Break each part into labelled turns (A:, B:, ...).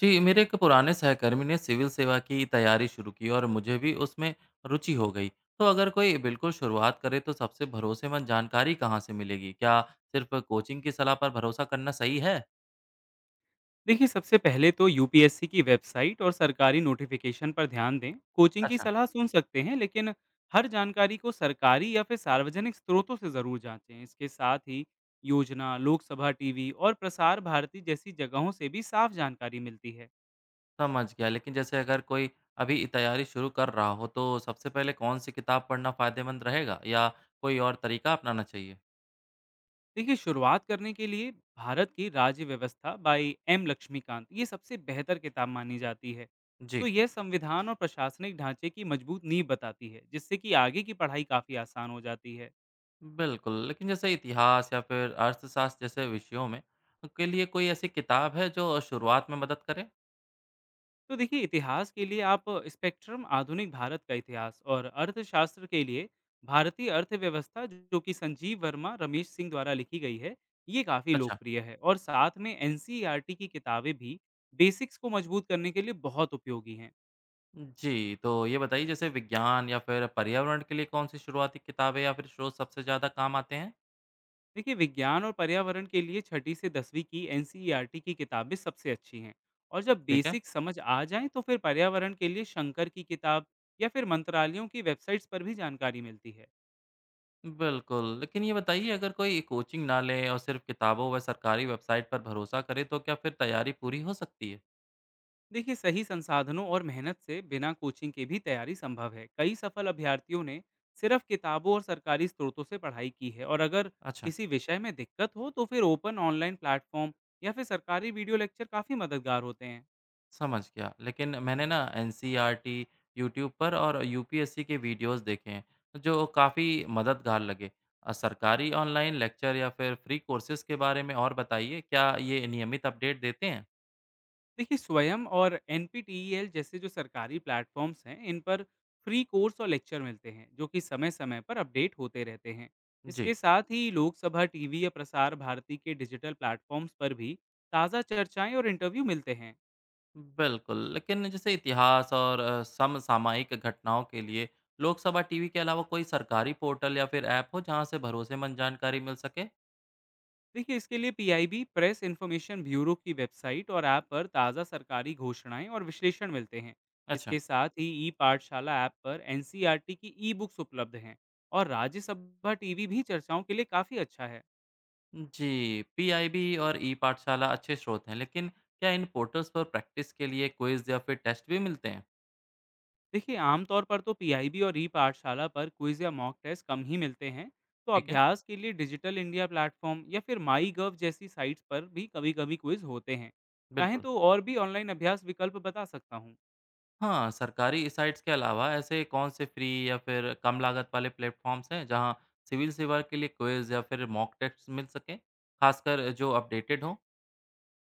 A: जी, मेरे एक पुराने सहकर्मी ने सिविल सेवा की तैयारी शुरू की और मुझे भी उसमें रुचि हो गई। तो अगर कोई बिल्कुल शुरुआत करे तो सबसे भरोसेमंद जानकारी कहाँ से मिलेगी? क्या सिर्फ कोचिंग की सलाह पर भरोसा करना सही है?
B: देखिए सबसे पहले तो यूपीएससी की वेबसाइट और सरकारी नोटिफिकेशन पर ध्यान दें। कोचिंग की
A: अच्छा,
B: सलाह सुन सकते हैं, लेकिन हर जानकारी को सरकारी या फिर सार्वजनिक स्रोतों से ज़रूर जांचें। इसके साथ ही योजना, लोकसभा टीवी और प्रसार भारती जैसी जगहों से भी साफ जानकारी मिलती है।
A: समझ गया। लेकिन जैसे अगर कोई अभी तैयारी शुरू कर रहा हो तो सबसे पहले कौन सी किताब पढ़ना फायदेमंद रहेगा या कोई और तरीका अपनाना चाहिए?
B: देखिए, शुरुआत करने के लिए भारत की राज्य व्यवस्था बाई एम लक्ष्मीकांत, ये सबसे बेहतर किताब मानी जाती है। तो
A: जी,
B: यह संविधान और प्रशासनिक ढांचे की मजबूत नींव बताती है, जिससे कि आगे की पढ़ाई काफ़ी आसान हो जाती है।
A: बिल्कुल। लेकिन जैसे इतिहास या फिर अर्थशास्त्र जैसे विषयों में के लिए कोई ऐसी किताब है जो शुरुआत में मदद करे?
B: तो देखिए, इतिहास के लिए आप स्पेक्ट्रम आधुनिक भारत का इतिहास और अर्थशास्त्र के लिए भारतीय अर्थव्यवस्था, जो कि संजीव वर्मा, रमेश सिंह द्वारा लिखी गई है, ये काफ़ी
A: अच्छा
B: लोकप्रिय है। और साथ में एन की किताबें भी बेसिक्स को मजबूत करने के लिए बहुत उपयोगी हैं।
A: जी, तो ये बताइए जैसे विज्ञान या फिर पर्यावरण के लिए कौन-सी शुरुआती किताबें या फिर शोध सबसे ज़्यादा काम आते हैं?
B: देखिए, विज्ञान और पर्यावरण के लिए छठी से दसवीं की एन की किताबें सबसे अच्छी हैं। और जब
A: ठीक है।
B: बेसिक्स समझ आ जाएं तो फिर पर्यावरण के लिए शंकर की किताब या फिर मंत्रालयों की वेबसाइट्स पर भी जानकारी मिलती है।
A: बिल्कुल, लेकिन ये बताइए अगर कोई कोचिंग ना ले और सिर्फ किताबों व सरकारी वेबसाइट पर भरोसा करे तो क्या फिर तैयारी पूरी हो सकती है?
B: देखिए, सही संसाधनों और मेहनत से बिना कोचिंग के भी तैयारी संभव है। कई सफल अभ्यर्थियों ने सिर्फ किताबों और सरकारी स्रोतों से पढ़ाई की है। और अगर
A: अच्छा,
B: किसी विषय में दिक्कत हो तो फिर ओपन ऑनलाइन प्लेटफॉर्म या फिर सरकारी वीडियो लेक्चर काफ़ी मददगार होते हैं।
A: समझ गया। लेकिन मैंने ना एनसीईआरटी, यूट्यूब पर और यूपीएससी के वीडियोज़ देखे हैं, जो काफ़ी मददगार लगे। सरकारी ऑनलाइन लेक्चर या फिर फ्री कोर्सेज़ के बारे में और बताइए, क्या ये नियमित अपडेट देते हैं?
B: देखिए, स्वयं और एन जैसे जो सरकारी प्लेटफॉर्म्स हैं, इन पर फ्री कोर्स और लेक्चर मिलते हैं, जो कि समय समय पर अपडेट होते रहते हैं।
A: जी।
B: इसके साथ ही लोकसभा टीवी या प्रसार भारती के डिजिटल प्लेटफॉर्म्स पर भी ताज़ा चर्चाएं और इंटरव्यू मिलते हैं।
A: बिल्कुल, लेकिन जैसे इतिहास और समसामयिक घटनाओं के लिए लोकसभा टीवी के अलावा कोई सरकारी पोर्टल या फिर ऐप हो जहाँ से भरोसेमंद जानकारी मिल सके?
B: देखिए, इसके लिए पीआईबी, प्रेस इन्फॉर्मेशन ब्यूरो की वेबसाइट और ऐप पर ताज़ा सरकारी घोषणाएं और विश्लेषण मिलते हैं।
A: अच्छा
B: इसके साथ ही ई पाठशाला ऐप पर एन की ई बुक्स उपलब्ध हैं। और राज्यसभा टीवी भी चर्चाओं के लिए काफ़ी अच्छा है।
A: जी, पीआईबी और ई पाठशाला अच्छे स्रोत हैं, लेकिन क्या इन पोर्टल्स पर प्रैक्टिस के लिए क्विज या फिर टेस्ट भी मिलते हैं?
B: देखिए, आमतौर पर तो पीआईबी और ई पाठशाला पर क्विज या मॉक टेस्ट कम ही मिलते हैं। तो
A: ठीक है।
B: अभ्यास के लिए डिजिटल इंडिया प्लेटफॉर्म या फिर माई गव जैसी साइट्स पर भी कभी कभी क्विज होते हैं। चाहें
A: बिल्कुल।
B: तो और भी ऑनलाइन अभ्यास विकल्प बता सकता हूँ।
A: हाँ, सरकारी साइट्स के अलावा ऐसे कौन से फ्री या फिर कम लागत वाले प्लेटफॉर्म्स हैं जहाँ सिविल सेवा के लिए क्विज या फिर मॉक टेस्ट मिल सके, खासकर जो अपडेटेड हों?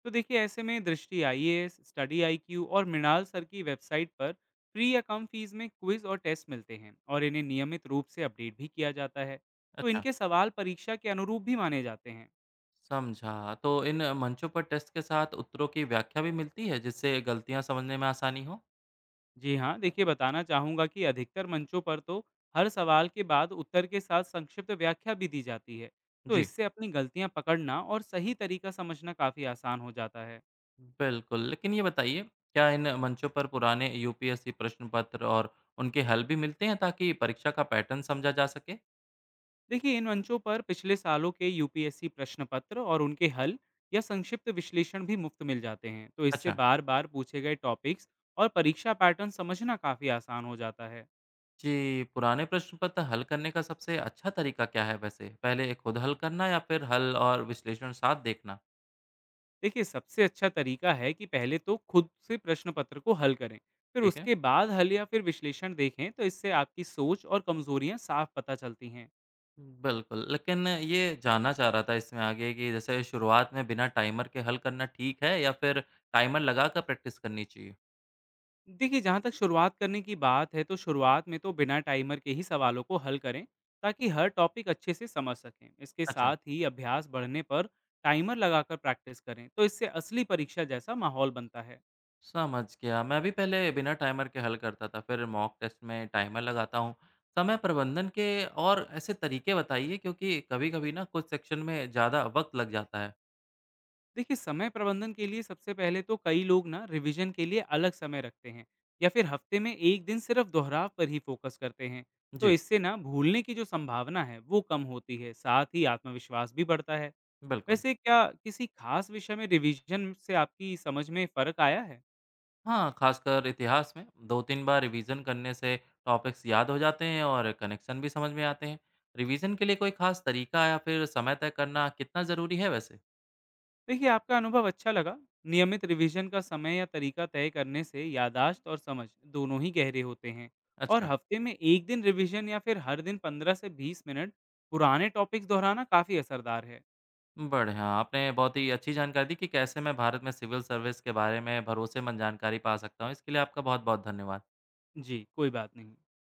B: तो देखिए, ऐसे में Drishti I A S, study I Q और मृणाल सर की वेबसाइट पर फ्री या कम फीस में क्विज और टेस्ट मिलते हैं, और इन्हें नियमित रूप से अपडेट भी किया जाता है। तो
A: अच्छा।
B: इनके सवाल परीक्षा के अनुरूप भी माने जाते हैं।
A: समझा। तो इन मंचों पर टेस्ट के साथ उत्तरों की व्याख्या भी मिलती है, जिससे गलतियाँ समझने में आसानी हो?
B: जी हाँ, देखिए, बताना चाहूँगा कि अधिकतर मंचों पर तो हर सवाल के बाद उत्तर के साथ संक्षिप्त व्याख्या भी दी जाती है। तो
A: जी।
B: इससे अपनी गलतियाँ पकड़ना और सही तरीका समझना काफ़ी आसान हो जाता है।
A: बिल्कुल, लेकिन ये बताइए, क्या इन मंचों पर पुराने यूपीएससी प्रश्न पत्र और उनके हल भी मिलते हैं ताकि परीक्षा का पैटर्न समझा जा सके?
B: देखिए, इन मंचों पर पिछले सालों के यूपीएससी प्रश्न पत्र और उनके हल या संक्षिप्त विश्लेषण भी मुफ्त मिल जाते हैं। तो इससे
A: अच्छा।
B: बार बार पूछे गए टॉपिक्स और परीक्षा पैटर्न समझना काफ़ी आसान हो जाता है।
A: जी, पुराने प्रश्न पत्र हल करने का सबसे अच्छा तरीका क्या है वैसे? पहले खुद हल करना या फिर हल और विश्लेषण साथ देखना?
B: देखिए, सबसे अच्छा तरीका है कि पहले तो खुद से प्रश्न पत्र को हल करें, फिर
A: ठीक है।
B: उसके बाद हल या फिर विश्लेषण देखें। तो इससे आपकी सोच और कमजोरियां साफ पता चलती हैं।
A: बिल्कुल, लेकिन ये जानना चाह रहा था इसमें आगे कि जैसे शुरुआत में बिना टाइमर के हल करना ठीक है या फिर टाइमर लगाकर प्रैक्टिस करनी चाहिए?
B: देखिए, जहाँ तक शुरुआत करने की बात है, तो शुरुआत में तो बिना टाइमर के ही सवालों को हल करें, ताकि हर टॉपिक अच्छे से समझ सकें। इसके
A: अच्छा।
B: साथ ही अभ्यास बढ़ने पर टाइमर लगाकर प्रैक्टिस करें, तो इससे असली परीक्षा जैसा माहौल बनता है।
A: समझ गया, मैं भी पहले बिना टाइमर के हल करता था, फिर मॉक टेस्ट में टाइमर लगाता हूँ। समय प्रबंधन के और ऐसे तरीके बताइए क्योंकि कभी-कभी ना कुछ सेक्शन में ज़्यादा वक़्त लग जाता है।
B: देखिए, समय प्रबंधन के लिए सबसे पहले तो कई लोग ना रिवीजन के लिए अलग समय रखते हैं, या फिर हफ्ते में एक दिन सिर्फ दोहराव पर ही फोकस करते हैं। तो
A: जी,
B: इससे ना भूलने की जो संभावना है वो कम होती है, साथ ही आत्मविश्वास भी बढ़ता है।
A: बिल्कुल।
B: वैसे क्या किसी खास विषय में रिवीजन से आपकी समझ में फ़र्क आया है?
A: हाँ, खासकर इतिहास में 2-3 बार रिवीजन करने से टॉपिक्स याद हो जाते हैं और कनेक्शन भी समझ में आते हैं। रिवीजन के लिए कोई खास तरीका या फिर समय तय करना कितना ज़रूरी है वैसे?
B: देखिए, आपका अनुभव अच्छा लगा। नियमित रिवीजन का समय या तरीका तय करने से याददाश्त और समझ दोनों ही गहरे होते हैं। और
A: अच्छा,
B: हफ्ते में 1 दिन रिवीजन या फिर हर दिन 15 से 20 मिनट पुराने टॉपिक्स दोहराना काफ़ी असरदार है।
A: बढ़िया। आपने बहुत ही अच्छी जानकारी दी कि कैसे मैं भारत में सिविल सर्विस के बारे में भरोसेमंद जानकारी पा सकता हूँ। इसके लिए आपका बहुत-बहुत धन्यवाद।
B: जी, कोई बात नहीं।